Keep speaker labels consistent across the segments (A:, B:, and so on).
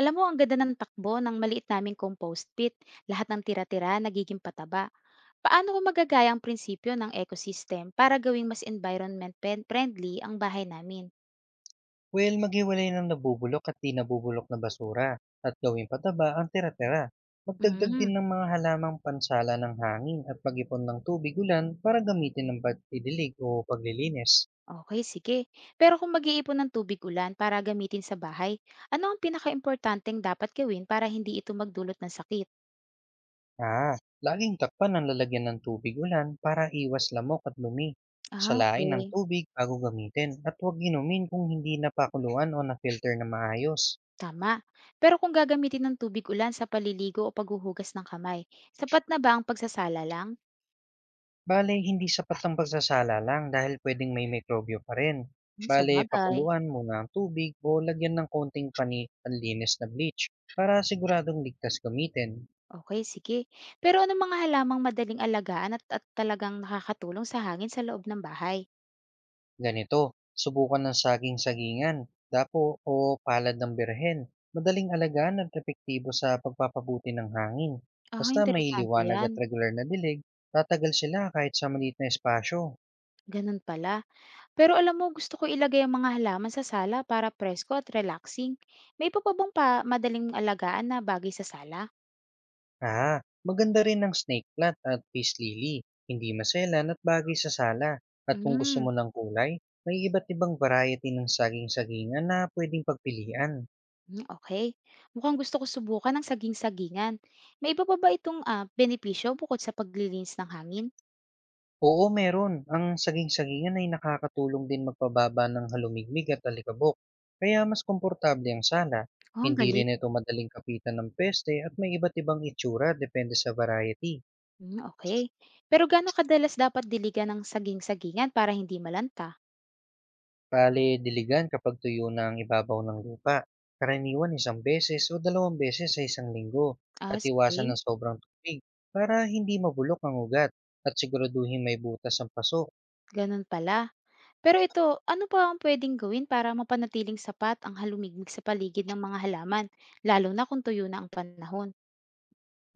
A: Alam mo, ang ganda ng takbo ng maliit naming compost pit. Lahat ng tira-tira nagiging pataba. Paano ko magagaya ang prinsipyo ng ecosystem para gawing mas environment friendly ang bahay namin?
B: Well, maghiwalay ng nabubulok at di nabubulok na basura at gawing pataba ang tira-tira. Magdagdag
A: Mm,
B: din ng mga halamang pansala ng hangin at pag-ipon ng tubig ulan para gamitin ng pagdidilig o paglilinis.
A: okay, sige. Pero kung mag-iipon ng tubig ulan para gamitin sa bahay, ano ang pinaka-importanteng dapat gawin para hindi ito magdulot ng sakit?
B: Ah, laging takpan ang lalagyan ng tubig ulan para iwas lamok at lumi.
A: Ah,
B: Salain ng
A: okay.
B: tubig bago gamitin at huwag inumin kung hindi napakuluan o na-filter na maayos.
A: Tama. Pero kung gagamitin ng tubig ulan sa paliligo o paghuhugas ng kamay, sapat na ba ang pagsasala lang?
B: Bale, hindi sapat ang pagsasala lang dahil pwedeng may mikrobyo pa rin.
A: Sa
B: Bale,
A: bagay.
B: pakuluan muna ang tubig o lagyan ng konting pani panlinis na bleach para siguradong ligtas gamitin.
A: Okay, sige. Pero anong mga halamang madaling alagaan at talagang nakakatulong sa hangin sa loob ng bahay?
B: Ganito, subukan ng saging-sagingan, dapo o palad ng birhen. Madaling alagaan at epektibo sa pagpapabuti ng hangin.
A: Ah,
B: Basta may
A: interesante
B: liwanag at
A: 'yan,
B: regular na dilig, tatagal sila kahit sa maliit na espasyo.
A: gano'n pala. Pero alam mo gusto ko ilagay ang mga halaman sa sala para presko at relaxing. May iba pa bang madaling alagaan na bagay sa sala?
B: Ah, maganda rin ang snake plant at peace lily. Hindi maselan at bagay sa sala. At kung gusto
A: Hmm,
B: mo ng kulay, may iba't ibang variety ng saging-sagingan na pwedeng pagpilian.
A: hmm, okey. Mukhang gusto ko subukan ng saging-sagingan. May iba pa ba itong, benepisyo bukod sa paglilinis ng hangin?
B: Oo, meron. Ang saging-sagingan ay nakakatulong din magpababa ng halumigmig at alikabok. Kaya mas komportable ang sala.
A: Oh, ang
B: Hindi
A: galing.
B: rin ito madaling kapitan ng peste at may iba't ibang itsura depende sa variety.
A: Hmm, okay. Pero gaano kadalas dapat diligan ng saging-sagingan para hindi malanta?
B: Bale, diligan kapag tuyo na ang ibabaw ng lupa. Karaniwan isang beses o dalawang beses sa isang linggo
A: Ah,
B: at iwasan
A: sige,
B: ng sobrang tubig para hindi mabulok ang ugat at siguraduhin may butas ang paso.
A: ganun pala. Pero ito, ano pa ang pwedeng gawin para mapanatiling sapat ang halumigmig sa paligid ng mga halaman, lalo na kung tuyo na ang panahon?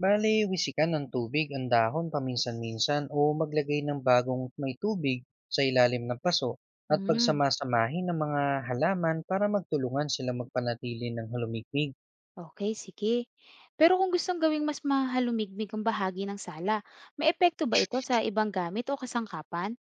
B: Bale, wisikan ng tubig ang dahon paminsan-minsan o maglagay ng bagong may tubig sa ilalim ng paso at
A: Hmm,
B: pagsamasamahin ng mga halaman para magtulungan sila magpanatili ng halumikmig.
A: okay, sige. Pero kung gustong gawing mas mahalumigmig ang bahagi ng sala, may epekto ba ito sa ibang gamit o kasangkapan?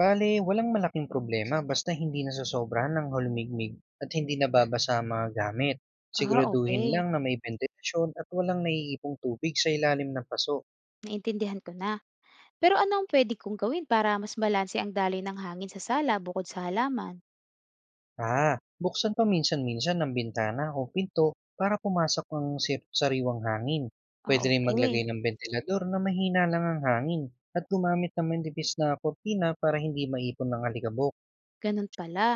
B: Bale, walang malaking problema basta hindi nasasobrahan ng halumigmig at hindi nababasa ang mga gamit.
A: Ah,
B: Siguraduhin
A: okay.
B: lang na may ventilasyon at walang naiipong tubig sa ilalim ng paso.
A: Naintindihan ko na. Pero ano ang pwede kong gawin para mas balanse ang daloy ng hangin sa sala bukod sa halaman?
B: Ah, buksan paminsan-minsan ng bintana o pinto para pumasok ang sariwang hangin.
A: Ah,
B: Pwede rin maglagay
A: okay.
B: ng ventilador na mahina lang ang hangin at gumamit ng manipis na kortina para hindi maipon ng alikabok.
A: Ganun pala.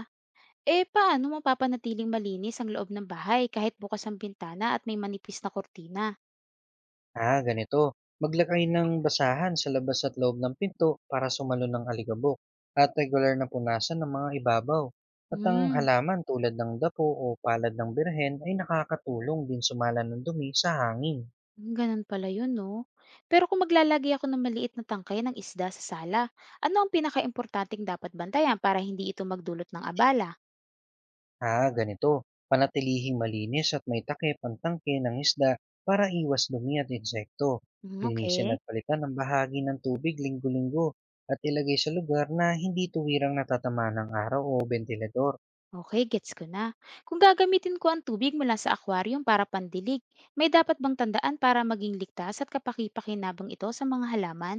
A: Eh, paano mapapanatiling malinis ang loob ng bahay kahit bukas ang bintana at may manipis na kortina?
B: Ah, ganito. Maglakay ng basahan sa labas at loob ng pinto para sumalo ng alikabok at regular na punasan ng mga ibabaw. At ang
A: Hmm,
B: halaman tulad ng dapo o palad ng birhen ay nakakatulong din sumala ng dumi sa hangin.
A: Ganun pala yun, no? Pero kung maglalagay ako ng maliit na tangkay ng isda sa sala, ano ang pinaka-importanting dapat bantayan para hindi ito magdulot ng abala?
B: Ah, ganito. Panatilihing malinis at may takip ang tangke ng isda para iwas dumi at insekto.
A: Hmm,
B: Linisin at
A: okay.
B: palitan ang bahagi ng tubig linggo-linggo at ilagay sa lugar na hindi tuwirang natatama ng araw o ventilador.
A: Okay, gets ko na. Kung gagamitin ko ang tubig mula sa aquarium para pandilig, may dapat bang tandaan para maging ligtas at kapaki-pakinabang ito sa mga halaman?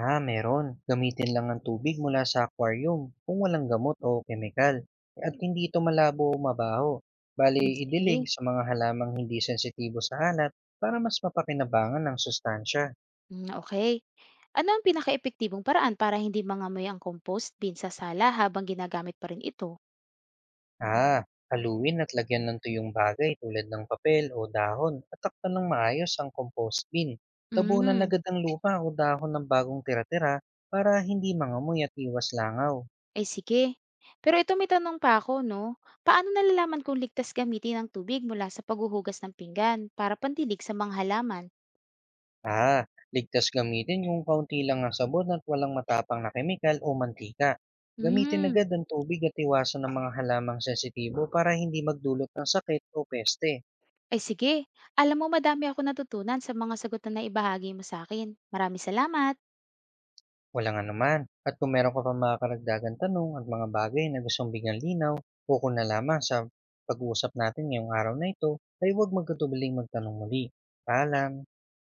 B: Ah, meron. Gamitin lang ang tubig mula sa aquarium kung walang gamot o kemikal. At hindi ito malabo o mabaho. Bali,
A: Hmm,
B: idilig
A: sige.
B: sa mga halamang hindi sensitibo sa alat para mas mapakinabangan ng sustansya.
A: Hmm, okay. Ano ang pinakaepektibong paraan para hindi mangamoy ang compost bin sa sala habang ginagamit pa rin ito?
B: Ah, haluin at lagyan ng tuyong bagay tulad ng papel o dahon at takpan ng maayos ang compost bin. Tabunan
A: Hmm,
B: agad ang lupa o dahon ng bagong tira-tira para hindi mangamoy at iwas langaw.
A: ay sige. Pero ito may tanong pa ako, no? Paano nalalaman kung ligtas gamitin ang tubig mula sa paghuhugas ng pinggan para pandilig sa mga halaman?
B: Ah, ligtas gamitin yung kaunti lang ang sabon at walang matapang na kemikal o mantika. Gamitin
A: Hmm,
B: agad ang tubig at iwasan ng mga halamang sensitibo para hindi magdulot ng sakit o peste.
A: ay sige. Alam mo madami ako natutunan sa mga sagot na naibahagi mo sa akin. Maraming salamat.
B: Walang anuman. At kung meron ka pa mga karagdagan tanong at mga bagay na gustong bigyan linaw, ukol na lamang sa pag-uusap natin ngayong araw na ito, ay huwag magkatubiling magtanong muli. Paalam!